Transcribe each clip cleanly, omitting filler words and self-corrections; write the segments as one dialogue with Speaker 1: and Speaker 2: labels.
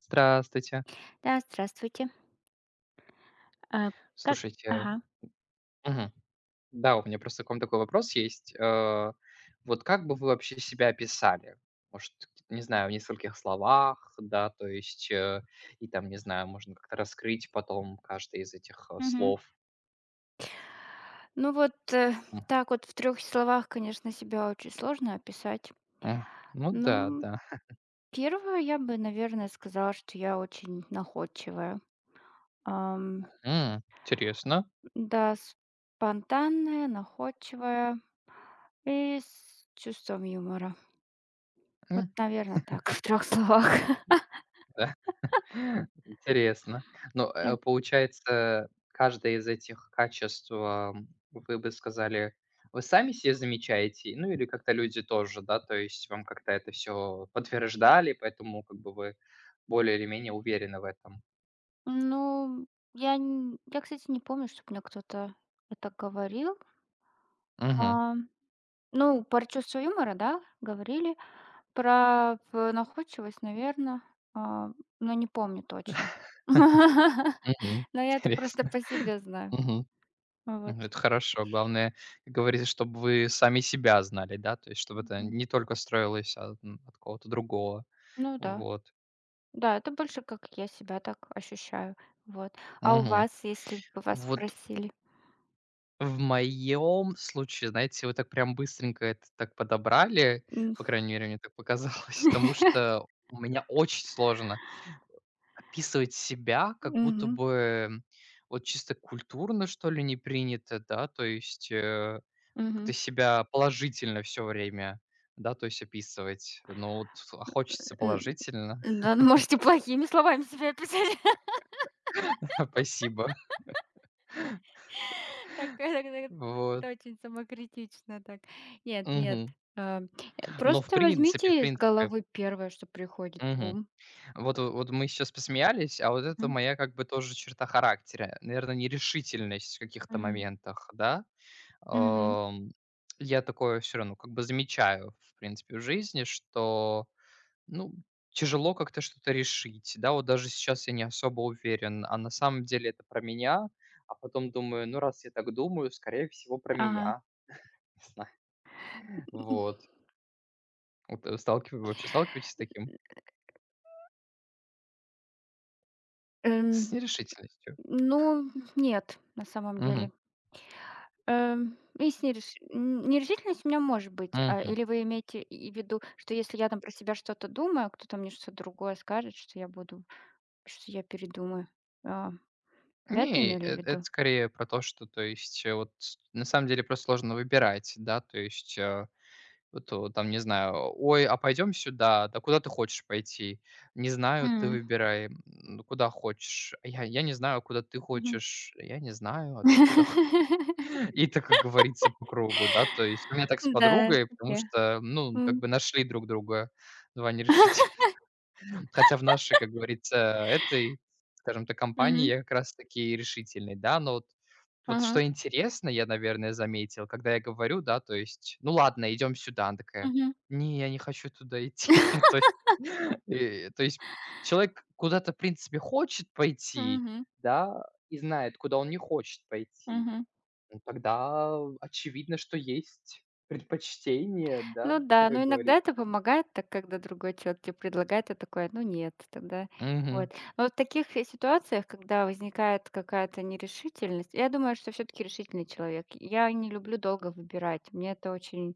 Speaker 1: Здравствуйте.
Speaker 2: Да, здравствуйте. А, как
Speaker 1: Слушайте,
Speaker 2: Ага.
Speaker 1: мгм. Да, у меня просто к вам такой вопрос есть. Вот как бы вы вообще себя описали? Может, не знаю, в нескольких словах, да, то есть, и там, не знаю, можно как-то раскрыть потом каждое из этих,
Speaker 2: Мгм.
Speaker 1: слов.
Speaker 2: Ну вот, э,
Speaker 1: М,
Speaker 2: так вот в трех словах, конечно, себя очень сложно описать.
Speaker 1: м. Ну да,
Speaker 2: Ну,
Speaker 1: да.
Speaker 2: первое, я бы, наверное, сказала, что я очень находчивая. Ам,
Speaker 1: М, интересно.
Speaker 2: да, спонтанная, находчивая и с чувством юмора. Вот,
Speaker 1: М.
Speaker 2: наверное, так в трех словах.
Speaker 1: Интересно. Ну,
Speaker 2: Да.
Speaker 1: получается, каждое из этих качеств, вы бы сказали, вы сами себе замечаете? Ну, или как-то люди тоже, да? То есть вам как-то это все подтверждали, поэтому как бы вы более или менее уверены в этом?
Speaker 2: Ну, я, кстати, не помню, чтобы мне кто-то это говорил.
Speaker 1: Мгм.
Speaker 2: А, ну, про чувство юмора, да, говорили. Про в находчивость, наверное, но не помню точно.
Speaker 1: Мгм.
Speaker 2: Но я это просто
Speaker 1: Интересно.
Speaker 2: по себе знаю.
Speaker 1: Мгм.
Speaker 2: Вот.
Speaker 1: М, это хорошо. Главное, как говорится, чтобы вы сами себя знали, да, то есть чтобы это
Speaker 2: Мгм.
Speaker 1: не только строилось от, м, от кого-то другого.
Speaker 2: Ну да.
Speaker 1: Вот.
Speaker 2: Да, это больше как я себя так ощущаю. Вот. А у
Speaker 1: Мгм.
Speaker 2: вас, если бы вас
Speaker 1: Вот
Speaker 2: спросили?
Speaker 1: в моем случае, знаете, вы так прям быстренько это так подобрали,
Speaker 2: М.
Speaker 1: по крайней мере, мне так показалось, потому что у меня очень сложно описывать себя, как будто
Speaker 2: Мгм.
Speaker 1: бы вот чисто культурно, что ли, не принято, да, то есть как-то
Speaker 2: Мгм.
Speaker 1: себя положительно все время, да, то есть описывать. Ну вот а хочется
Speaker 2: Н
Speaker 1: положительно,
Speaker 2: да, ну можете плохими словами себя описать.
Speaker 1: спасибо,
Speaker 2: Так, это это
Speaker 1: вот.
Speaker 2: очень самокритично так. Нет, нет,
Speaker 1: Мгм.
Speaker 2: а,
Speaker 1: Но
Speaker 2: просто
Speaker 1: в
Speaker 2: возьмите из
Speaker 1: принципе,
Speaker 2: головы первое, что приходит в
Speaker 1: мгм.
Speaker 2: ум.
Speaker 1: Вот, вот мы сейчас посмеялись, а вот это
Speaker 2: Мгм.
Speaker 1: моя как бы тоже черта характера. Наверное, нерешительность в каких-то
Speaker 2: Мгм.
Speaker 1: моментах, да.
Speaker 2: Мгм.
Speaker 1: Ам, я такое все равно как бы замечаю, в принципе, в жизни, что, ну, тяжело как-то что-то решить. Да, вот даже сейчас я не особо уверен, а на самом деле это про меня, а потом думаю: "Ну, раз я так думаю, скорее всего, про
Speaker 2: Ага.
Speaker 1: меня". Не знаю. Вот. Вот, сталкив вообще сталкиваетесь с таким? С
Speaker 2: Эм,
Speaker 1: нерешительностью?
Speaker 2: ну, нет, на самом деле. Есть нерешительность у меня может быть. А,
Speaker 1: Мгм.
Speaker 2: или вы имеете в виду, что если я там про себя что-то думаю, а кто-то мне что-то другое скажет, что я буду что я передумаю? А, вы это
Speaker 1: Не,
Speaker 2: имели в
Speaker 1: это
Speaker 2: виду?
Speaker 1: скорее про то, что, то есть, вот на самом деле просто сложно выбирать, да, то есть, вот, там, не знаю, ой, а пойдем сюда, да куда ты хочешь пойти? Не знаю, ты
Speaker 2: М.
Speaker 1: выбирай, м, ну, куда хочешь. А я, не знаю, куда ты
Speaker 2: Мгм.
Speaker 1: хочешь, я не знаю, а ты куда? И так, как говорится, по кругу, да, то есть у меня так с
Speaker 2: Да,
Speaker 1: подругой, потому
Speaker 2: окей.
Speaker 1: что, ну, как
Speaker 2: М.
Speaker 1: бы нашли друг друга два нерешительных. Хотя в нашей, как говорится, этой, скажем так, компании
Speaker 2: Мгм.
Speaker 1: я как раз таки решительный, да. Но вот вот
Speaker 2: Ага.
Speaker 1: что интересно, я, наверное, заметил, когда я говорю, да, то есть: "Ну ладно, идем сюда". Она такая:
Speaker 2: Мгм.
Speaker 1: "Не, я не хочу туда идти". То есть, э, то есть человек куда-то, в принципе, хочет пойти,
Speaker 2: Мгм.
Speaker 1: да, и знает, куда он не хочет пойти.
Speaker 2: Мгм.
Speaker 1: Ну, тогда очевидно, что есть предпочтение,
Speaker 2: Ну
Speaker 1: да,
Speaker 2: да, но
Speaker 1: как
Speaker 2: иногда это
Speaker 1: говорится.
Speaker 2: помогает, так когда другой человек тебе предлагает, ты такой: "Ну нет". Тогда
Speaker 1: Угу,
Speaker 2: вот. Но вот в таких, э, ситуациях, когда возникает какая-то нерешительность, я думаю, что все таки решительный человек. Я не люблю долго выбирать. Мне это очень,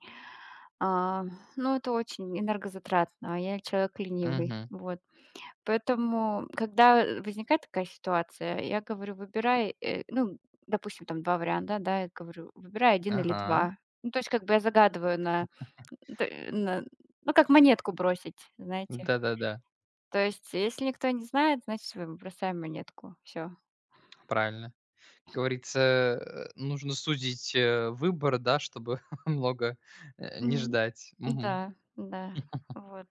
Speaker 2: а, ну, это очень энергозатратно, а я человек ленивый.
Speaker 1: угу,
Speaker 2: Вот. Поэтому, когда, э, возникает такая ситуация, я говорю: "Выбирай", ну, допустим, там 2 варианта, да, я говорю: "Выбирай один или
Speaker 1: ага.
Speaker 2: 2. Ну, то есть как бы я загадываю на ну, как монетку бросить, знаете.
Speaker 1: Да-да-да.
Speaker 2: То есть если никто не знает, значит, мы бросаем монетку. Все.
Speaker 1: Правильно. Говорится, нужно судить выбор, да, чтобы много, не
Speaker 2: Мгм.
Speaker 1: ждать.
Speaker 2: Да,
Speaker 1: Мгм.
Speaker 2: да, вот.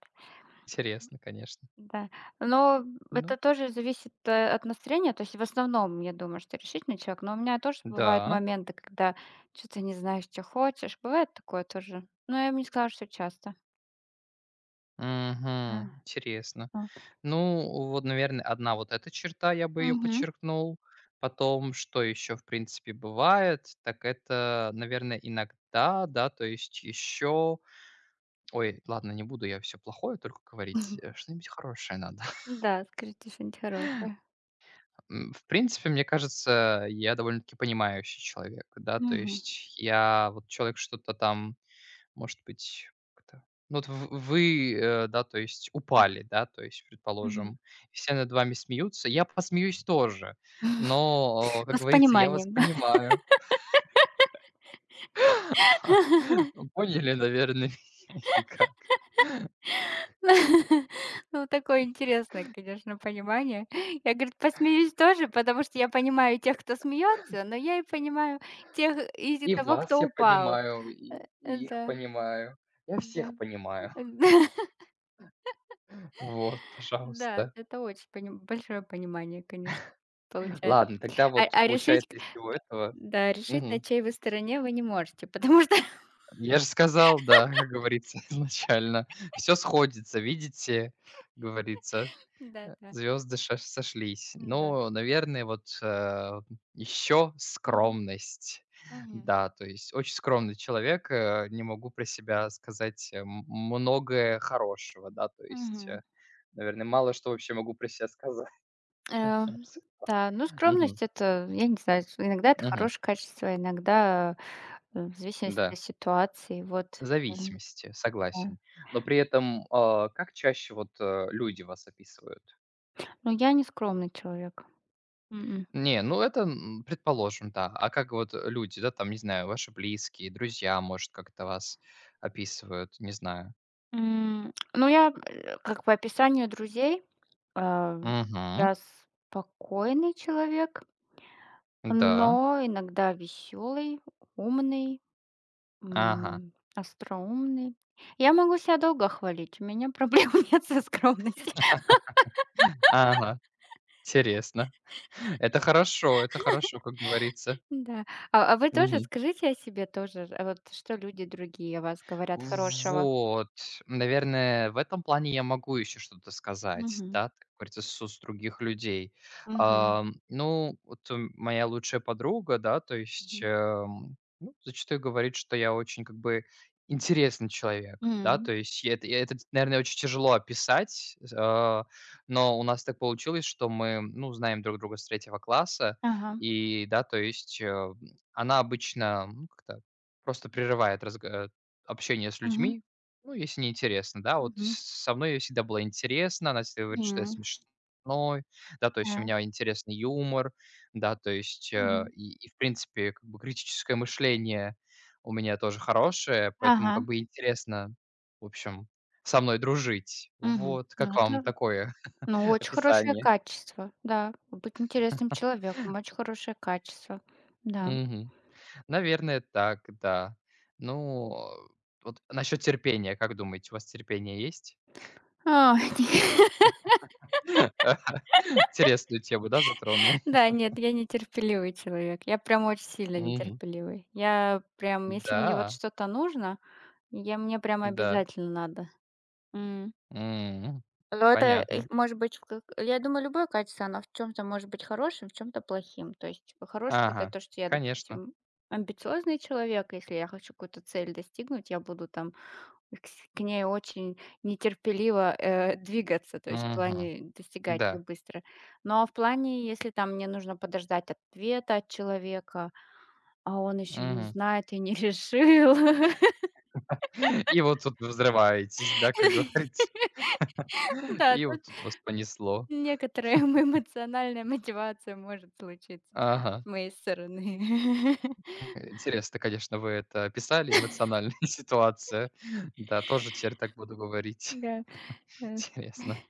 Speaker 1: Интересно, конечно.
Speaker 2: Да. Но
Speaker 1: Ну
Speaker 2: это тоже зависит, э, от настроения. То есть в основном, я думаю, что решительный человек, но у меня тоже бывают
Speaker 1: да.
Speaker 2: моменты, когда что то не знаешь, чё хочешь. Бывает такое тоже. Но я бы не сказала, что часто. А,
Speaker 1: Мгм. Интересно.
Speaker 2: вот.
Speaker 1: Ну, вот, наверное, одна вот эта черта, я бы ее
Speaker 2: Мгм.
Speaker 1: подчеркнул. Потом, что еще, в принципе, бывает, так это, наверное, иногда, да, то есть еще ой, ладно, не буду я все плохое только говорить, что-нибудь хорошее надо.
Speaker 2: Да, скажите что-нибудь хорошее.
Speaker 1: М, в принципе, мне кажется, я довольно-таки понимающий человек, да. То
Speaker 2: Мгм.
Speaker 1: есть я вот человек что-то там, может быть, как-то ну, вот в вы, э, да, то есть
Speaker 2: Мгм.
Speaker 1: упали, да, то есть,
Speaker 2: Мгм.
Speaker 1: предположим, и все над вами смеются, я посмеюсь тоже, но, как
Speaker 2: С
Speaker 1: говорится, я вас
Speaker 2: пониманием.
Speaker 1: понимаю. Поняли, наверное, или как?
Speaker 2: Ну, такое интересное, конечно, понимание. Я, говорит, посмеюсь тоже, потому что я понимаю тех, кто смеется, но я и понимаю тех из
Speaker 1: И
Speaker 2: того,
Speaker 1: вас
Speaker 2: кто
Speaker 1: я
Speaker 2: упал.
Speaker 1: понимаю,
Speaker 2: Э,
Speaker 1: и и их
Speaker 2: да,
Speaker 1: понимаю. Я
Speaker 2: да,
Speaker 1: всех понимаю. Вот,
Speaker 2: да,
Speaker 1: пожалуйста.
Speaker 2: это очень пони большое понимание, конечно, получается.
Speaker 1: Ладно, тогда вот
Speaker 2: А решить, к
Speaker 1: получается из всего этого.
Speaker 2: да, решить, на
Speaker 1: Мгм.
Speaker 2: чьей вы стороне, вы не можете, потому что
Speaker 1: Я же сказал, да, как говорится, изначально. Все сходится, видите, говорится,
Speaker 2: да-да,
Speaker 1: звезды сошлись.
Speaker 2: да да.
Speaker 1: Ну, наверное, вот, еще
Speaker 2: Мгм,
Speaker 1: скромность.
Speaker 2: мгм,
Speaker 1: Да, то есть очень скромный человек, не могу про себя сказать, многое хорошего, да, то есть,
Speaker 2: мгм.
Speaker 1: наверное, мало что вообще могу про себя сказать.
Speaker 2: Э, да, ну,
Speaker 1: Мгм,
Speaker 2: скромность — это, я не знаю, с иногда это
Speaker 1: мгм,
Speaker 2: хорошее качество, иногда, э, в зависимости
Speaker 1: да.
Speaker 2: от ситуации, вот, э,
Speaker 1: Зависимости,
Speaker 2: да.
Speaker 1: согласен. Но при этом, а, как чаще вот, люди вас описывают?
Speaker 2: Но я не скромный человек. М.
Speaker 1: Не, ну это, м, предположим, да. А как вот люди, да, там, не знаю, ваши близкие, друзья, может, как-то вас описывают, не знаю.
Speaker 2: М, ну, я, э, как по описанию друзей, а,
Speaker 1: Угу,
Speaker 2: я спокойный человек,
Speaker 1: да.
Speaker 2: но иногда веселый, умный,
Speaker 1: Ага.
Speaker 2: м, остроумный. Я могу себя долго хвалить, у меня проблем нет со скромностью.
Speaker 1: Ага. Интересно. Это хорошо, как говорится.
Speaker 2: Да. А вы тоже скажите о себе тоже, а вот что люди другие о вас говорят хорошего?
Speaker 1: Вот, наверное, в этом плане я могу еще что-то сказать,
Speaker 2: Мгм.
Speaker 1: да, так говорится, с уст других людей.
Speaker 2: Мгм.
Speaker 1: Ну, вот, м, моя лучшая подруга, да, то есть,
Speaker 2: Мгм.
Speaker 1: ну, зачастую говорит, что я очень, как бы, интересный человек, да,
Speaker 2: М.
Speaker 1: то есть я это, наверное, очень тяжело описать, но у нас так получилось, что мы, ну, знаем друг друга с 3-го класса,
Speaker 2: Ага.
Speaker 1: и да, то есть, она обычно, ну, как-то просто прерывает разго общение с
Speaker 2: Мгм.
Speaker 1: людьми, ну, если не интересно, да, вот
Speaker 2: Мгм.
Speaker 1: с со мной ей всегда было интересно, она всегда говорит, что я
Speaker 2: М.
Speaker 1: смешной, да, то есть у
Speaker 2: Да.
Speaker 1: меня интересный юмор, да, то есть, э,
Speaker 2: Мгм.
Speaker 1: и и, в принципе, как бы критическое мышление у меня тоже хорошее, поэтому
Speaker 2: Ага.
Speaker 1: как бы интересно, в общем, со мной дружить.
Speaker 2: Мгм.
Speaker 1: Вот,
Speaker 2: Ну,
Speaker 1: как вам
Speaker 2: это,
Speaker 1: такое
Speaker 2: ну, очень хорошее
Speaker 1: описание?
Speaker 2: качество, да. Быть интересным человеком — очень хорошее качество, да.
Speaker 1: Мгм. Наверное, так, да. Ну, вот насчет терпения, как думаете, у вас терпение есть?
Speaker 2: А,
Speaker 1: Интересную тему, да, затронул?
Speaker 2: да, нет, я нетерпеливый человек. Я прям очень сильно
Speaker 1: Мгм.
Speaker 2: нетерпеливый. Я прям, если мне вот
Speaker 1: Да,
Speaker 2: что-то нужно, я мне прям
Speaker 1: да.
Speaker 2: обязательно надо. М.
Speaker 1: М,
Speaker 2: Но это, э,
Speaker 1: понятно.
Speaker 2: может быть, в как я думаю, любое качество, оно в чем то может быть хорошим, в чем то плохим. То есть хорошее — это
Speaker 1: Ага,
Speaker 2: то, что я,
Speaker 1: конечно.
Speaker 2: допустим, амбициозный человек. Если я хочу какую-то цель достигнуть, я буду там К с к ней очень нетерпеливо, э, двигаться, то есть в
Speaker 1: Мгм.
Speaker 2: плане достигать её
Speaker 1: Да.
Speaker 2: быстро. Но в плане, если там мне нужно подождать ответа от человека, а он еще не
Speaker 1: Мгм.
Speaker 2: знает и не решил.
Speaker 1: И вот тут вы взрываетесь, да, как говорится.
Speaker 2: Да,
Speaker 1: И
Speaker 2: тут
Speaker 1: вот тут вас понесло.
Speaker 2: некоторая эмоциональная мотивация может случиться с
Speaker 1: Ага.
Speaker 2: моей стороны.
Speaker 1: Интересно, конечно, вы это описали, эмоциональная ситуация. Да, тоже теперь так буду говорить.
Speaker 2: Да, э,
Speaker 1: Интересно.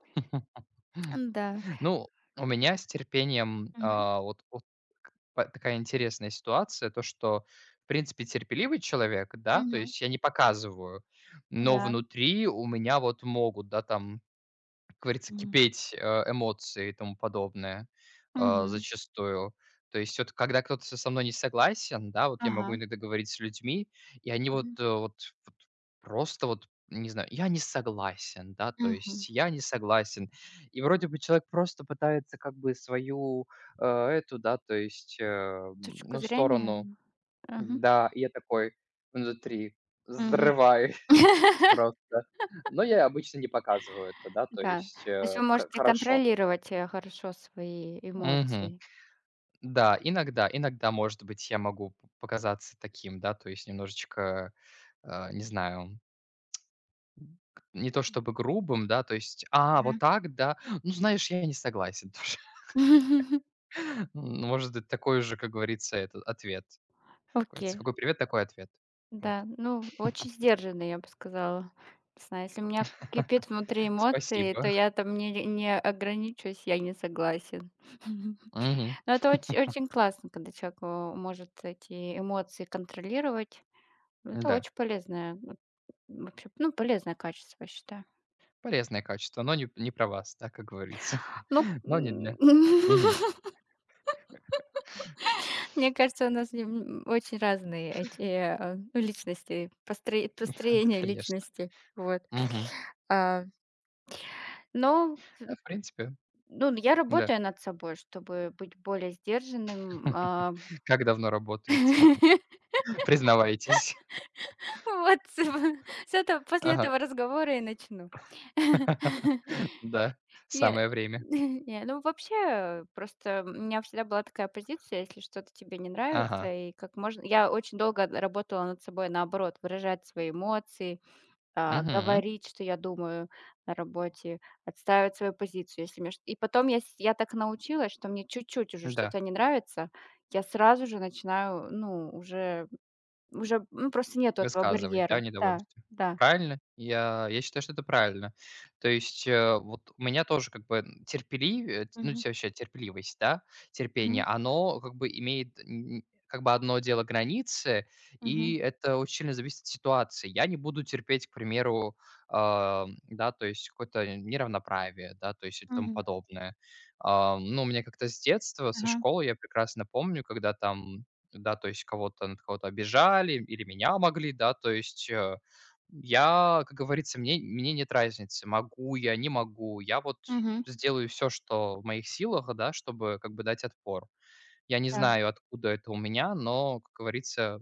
Speaker 2: да.
Speaker 1: Ну, у меня с терпением,
Speaker 2: Мгм,
Speaker 1: а, вот вот к па такая интересная ситуация, то, что, в принципе, терпеливый человек, да, то
Speaker 2: мгм,
Speaker 1: есть я не показываю, но
Speaker 2: да.
Speaker 1: внутри у меня вот могут, да, там как говорится,
Speaker 2: М,
Speaker 1: кипеть, эмоции и тому подобное, а,
Speaker 2: мгм.
Speaker 1: зачастую. То есть вот когда кто-то со мной не согласен, да, вот я могу
Speaker 2: Ага.
Speaker 1: иногда говорить с людьми, и они вот,
Speaker 2: Мгм,
Speaker 1: вот просто вот, не знаю, я не согласен, да, то
Speaker 2: мгм.
Speaker 1: есть я не согласен. И вроде бы человек просто пытается как бы свою, э, эту, да, то есть, э, м,
Speaker 2: Точку
Speaker 1: ну, сторону,
Speaker 2: зрения. Мгм.
Speaker 1: да, и я такой внутри:
Speaker 2: Мгм.
Speaker 1: "Взрывай!" Просто. Но я обычно не показываю это, да, то
Speaker 2: Да. То
Speaker 1: есть,
Speaker 2: есть
Speaker 1: э,
Speaker 2: вы
Speaker 1: хо
Speaker 2: можете
Speaker 1: хорошо.
Speaker 2: контролировать, э, хорошо свои
Speaker 1: Мгм.
Speaker 2: эмоции.
Speaker 1: Да, иногда, может быть, я могу п показаться таким, да, то есть немножечко, не знаю, не то чтобы грубым, да, то есть: "А, вот
Speaker 2: Мгм.
Speaker 1: так, да? Ну, знаешь, я не согласен тоже". Ну, может быть, такой же, как говорится, этот ответ. Как говорится,
Speaker 2: Окей.
Speaker 1: какой привет, такой ответ. Вот.
Speaker 2: Да, ну, очень сдержанный, я бы сказала. Не знаю, если у меня кипит внутри эмоции, то
Speaker 1: Спасибо.
Speaker 2: я там не ограничусь, я не согласен.
Speaker 1: Мгм.
Speaker 2: Но это очень классно, когда человек, э, может эти эмоции контролировать. Ну, это
Speaker 1: Да.
Speaker 2: очень полезное, вот, вообще, ну, полезное качество, я считаю.
Speaker 1: Полезное качество, но не про вас, да, как говорится.
Speaker 2: Ну,
Speaker 1: Но не для мгм.
Speaker 2: мне кажется, у нас с ним очень разные эти, э, ну, личности, построение
Speaker 1: Конечно.
Speaker 2: личности. Вот.
Speaker 1: Мгм.
Speaker 2: А, но,
Speaker 1: А, в принципе,
Speaker 2: ну, я
Speaker 1: да.
Speaker 2: работаю над собой, чтобы быть более сдержанным. А,
Speaker 1: Как давно работаете? Признавайтесь.
Speaker 2: вот с этого после
Speaker 1: Ага.
Speaker 2: этого разговора и начну.
Speaker 1: Да,
Speaker 2: Нет,
Speaker 1: самое время.
Speaker 2: не, ну, вообще, просто у меня всегда была такая позиция, если что-то тебе не нравится,
Speaker 1: Ага.
Speaker 2: и как можно я очень долго работала над собой, наоборот, выражать свои эмоции.
Speaker 1: Мгм.
Speaker 2: Говорить, что я думаю на работе, отстаивать свою позицию, если мне ш и потом я так научилась, что мне чуть-чуть уже
Speaker 1: Да.
Speaker 2: что-то не нравится, я сразу же начинаю, ну, уже, ну, просто нету этого
Speaker 1: Высказывать, да,
Speaker 2: барьера. Да,
Speaker 1: недовольство.
Speaker 2: да.
Speaker 1: Правильно? Я считаю, что это правильно. То есть, вот у меня тоже как бы, м, терпеливее ну,
Speaker 2: Мгм,
Speaker 1: вообще терпеливость, да,
Speaker 2: мгм,
Speaker 1: терпение, оно как бы имеет н как бы одно дело границы,
Speaker 2: мгм,
Speaker 1: и это очень сильно зависит от ситуации. Я не буду терпеть, к примеру, да, то есть какое-то неравноправие, да, то есть и тому
Speaker 2: мгм.
Speaker 1: подобное. Ну, у меня как-то с детства, со
Speaker 2: Ага.
Speaker 1: школы я прекрасно помню, когда там да, то есть кого-то над кого-то обижали или меня могли, да, то есть, я, как говорится, мне нет разницы, могу я, не могу. Я вот
Speaker 2: Мгм.
Speaker 1: сделаю все, что в моих силах, да, чтобы как бы дать отпор. Я не
Speaker 2: Да.
Speaker 1: знаю, откуда это у меня, но, как говорится,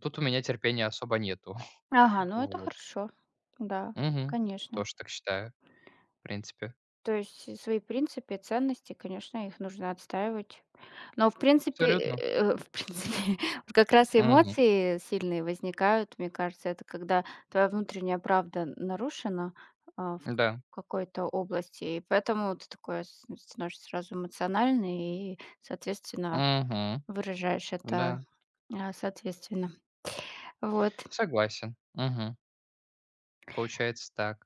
Speaker 1: тут у меня терпения особо нету.
Speaker 2: Ага, ну это
Speaker 1: Вот.
Speaker 2: хорошо. Да,
Speaker 1: Мгм.
Speaker 2: конечно.
Speaker 1: Тоже так считаю, в принципе.
Speaker 2: То есть свои принципы, ценности, конечно, их нужно отстаивать. Но в принципе,
Speaker 1: Абсолютно.
Speaker 2: в принципе, вот как раз
Speaker 1: Мгм.
Speaker 2: эмоции сильные возникают, мне кажется, это когда твоя внутренняя правда нарушена а, в к-
Speaker 1: Да.
Speaker 2: какой-то области, и поэтому ты такой ну, становишься сразу эмоциональный и, соответственно,
Speaker 1: Мгм.
Speaker 2: выражаешь это
Speaker 1: Да.
Speaker 2: соответственно. Вот.
Speaker 1: Согласен. Мгм. Получается так.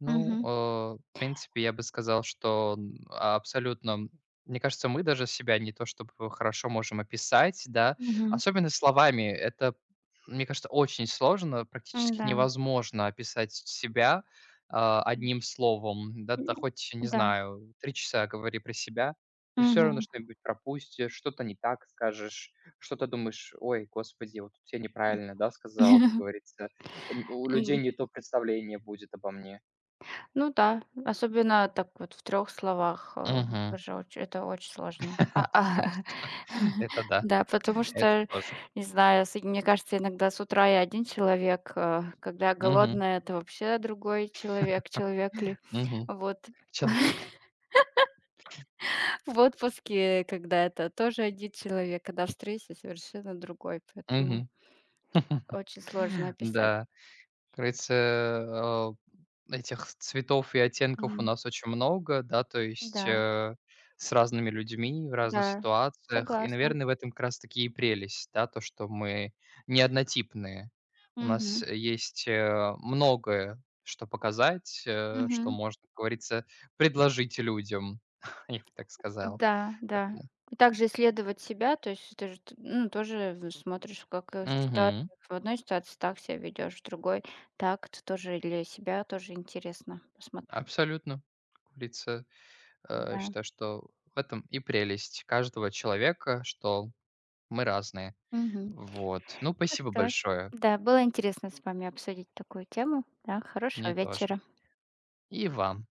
Speaker 1: Ну,
Speaker 2: Мгм.
Speaker 1: в принципе, я бы сказал, что, м, абсолютно мне кажется, мы даже себя не то чтобы хорошо можем описать, да,
Speaker 2: Мгм.
Speaker 1: особенно словами. Это, мне кажется, очень сложно, практически
Speaker 2: Да.
Speaker 1: невозможно описать себя, а, одним словом. Да,
Speaker 2: М,
Speaker 1: да хоть, не
Speaker 2: да.
Speaker 1: знаю, 3 часа говори про себя, ты все равно
Speaker 2: Мгм.
Speaker 1: что-нибудь пропустишь, что-то не так скажешь, что-то думаешь: "Ой, господи, вот тут я неправильно, да, сказал", как говорится. М, у людей не то представление будет обо мне.
Speaker 2: Ну да, особенно так вот в трех словах, э,
Speaker 1: Мгм.
Speaker 2: тоже оч это очень сложно.
Speaker 1: До 300. Это да.
Speaker 2: Да, потому
Speaker 1: Это
Speaker 2: что,
Speaker 1: тоже.
Speaker 2: не знаю, с мне кажется, иногда с утра я один человек, э, когда я
Speaker 1: Мгм.
Speaker 2: голодная, это вообще другой человек, человек ли.
Speaker 1: Мгм.
Speaker 2: Вот.
Speaker 1: Человек ли?
Speaker 2: В отпуске, когда это тоже один человек, когда в стрессе совершенно другой, поэтому
Speaker 1: Мгм.
Speaker 2: очень сложно описать.
Speaker 1: Да. Как говорится, этих цветов и оттенков у
Speaker 2: Мгм.
Speaker 1: нас очень много, да, то есть,
Speaker 2: Да,
Speaker 1: с разными людьми в разных
Speaker 2: да,
Speaker 1: ситуациях. И,
Speaker 2: согласна.
Speaker 1: наверное, в этом как раз-таки и прелесть, да, то, что мы не однотипные. У нас
Speaker 2: Мгм,
Speaker 1: есть, многое, что показать, что
Speaker 2: мгм.
Speaker 1: можно, как говорится, предложить людям, я бы так сказал.
Speaker 2: Да, да.
Speaker 1: Поэтому
Speaker 2: И также исследовать себя, то есть ты же, т ну, тоже в смотришь, как, э,
Speaker 1: мгм.
Speaker 2: в одной ситуации так себя ведешь, в другой так. Это тоже для себя тоже интересно посмотреть.
Speaker 1: Абсолютно. Как говорится, я
Speaker 2: Да.
Speaker 1: считаю, что в этом и прелесть каждого человека, что мы разные.
Speaker 2: Мгм.
Speaker 1: Вот. Ну,
Speaker 2: Ну
Speaker 1: спасибо
Speaker 2: что ж,
Speaker 1: большое.
Speaker 2: да, было интересно с вами обсудить такую тему. Да, хорошего
Speaker 1: Мне тоже.
Speaker 2: вечера.
Speaker 1: И вам.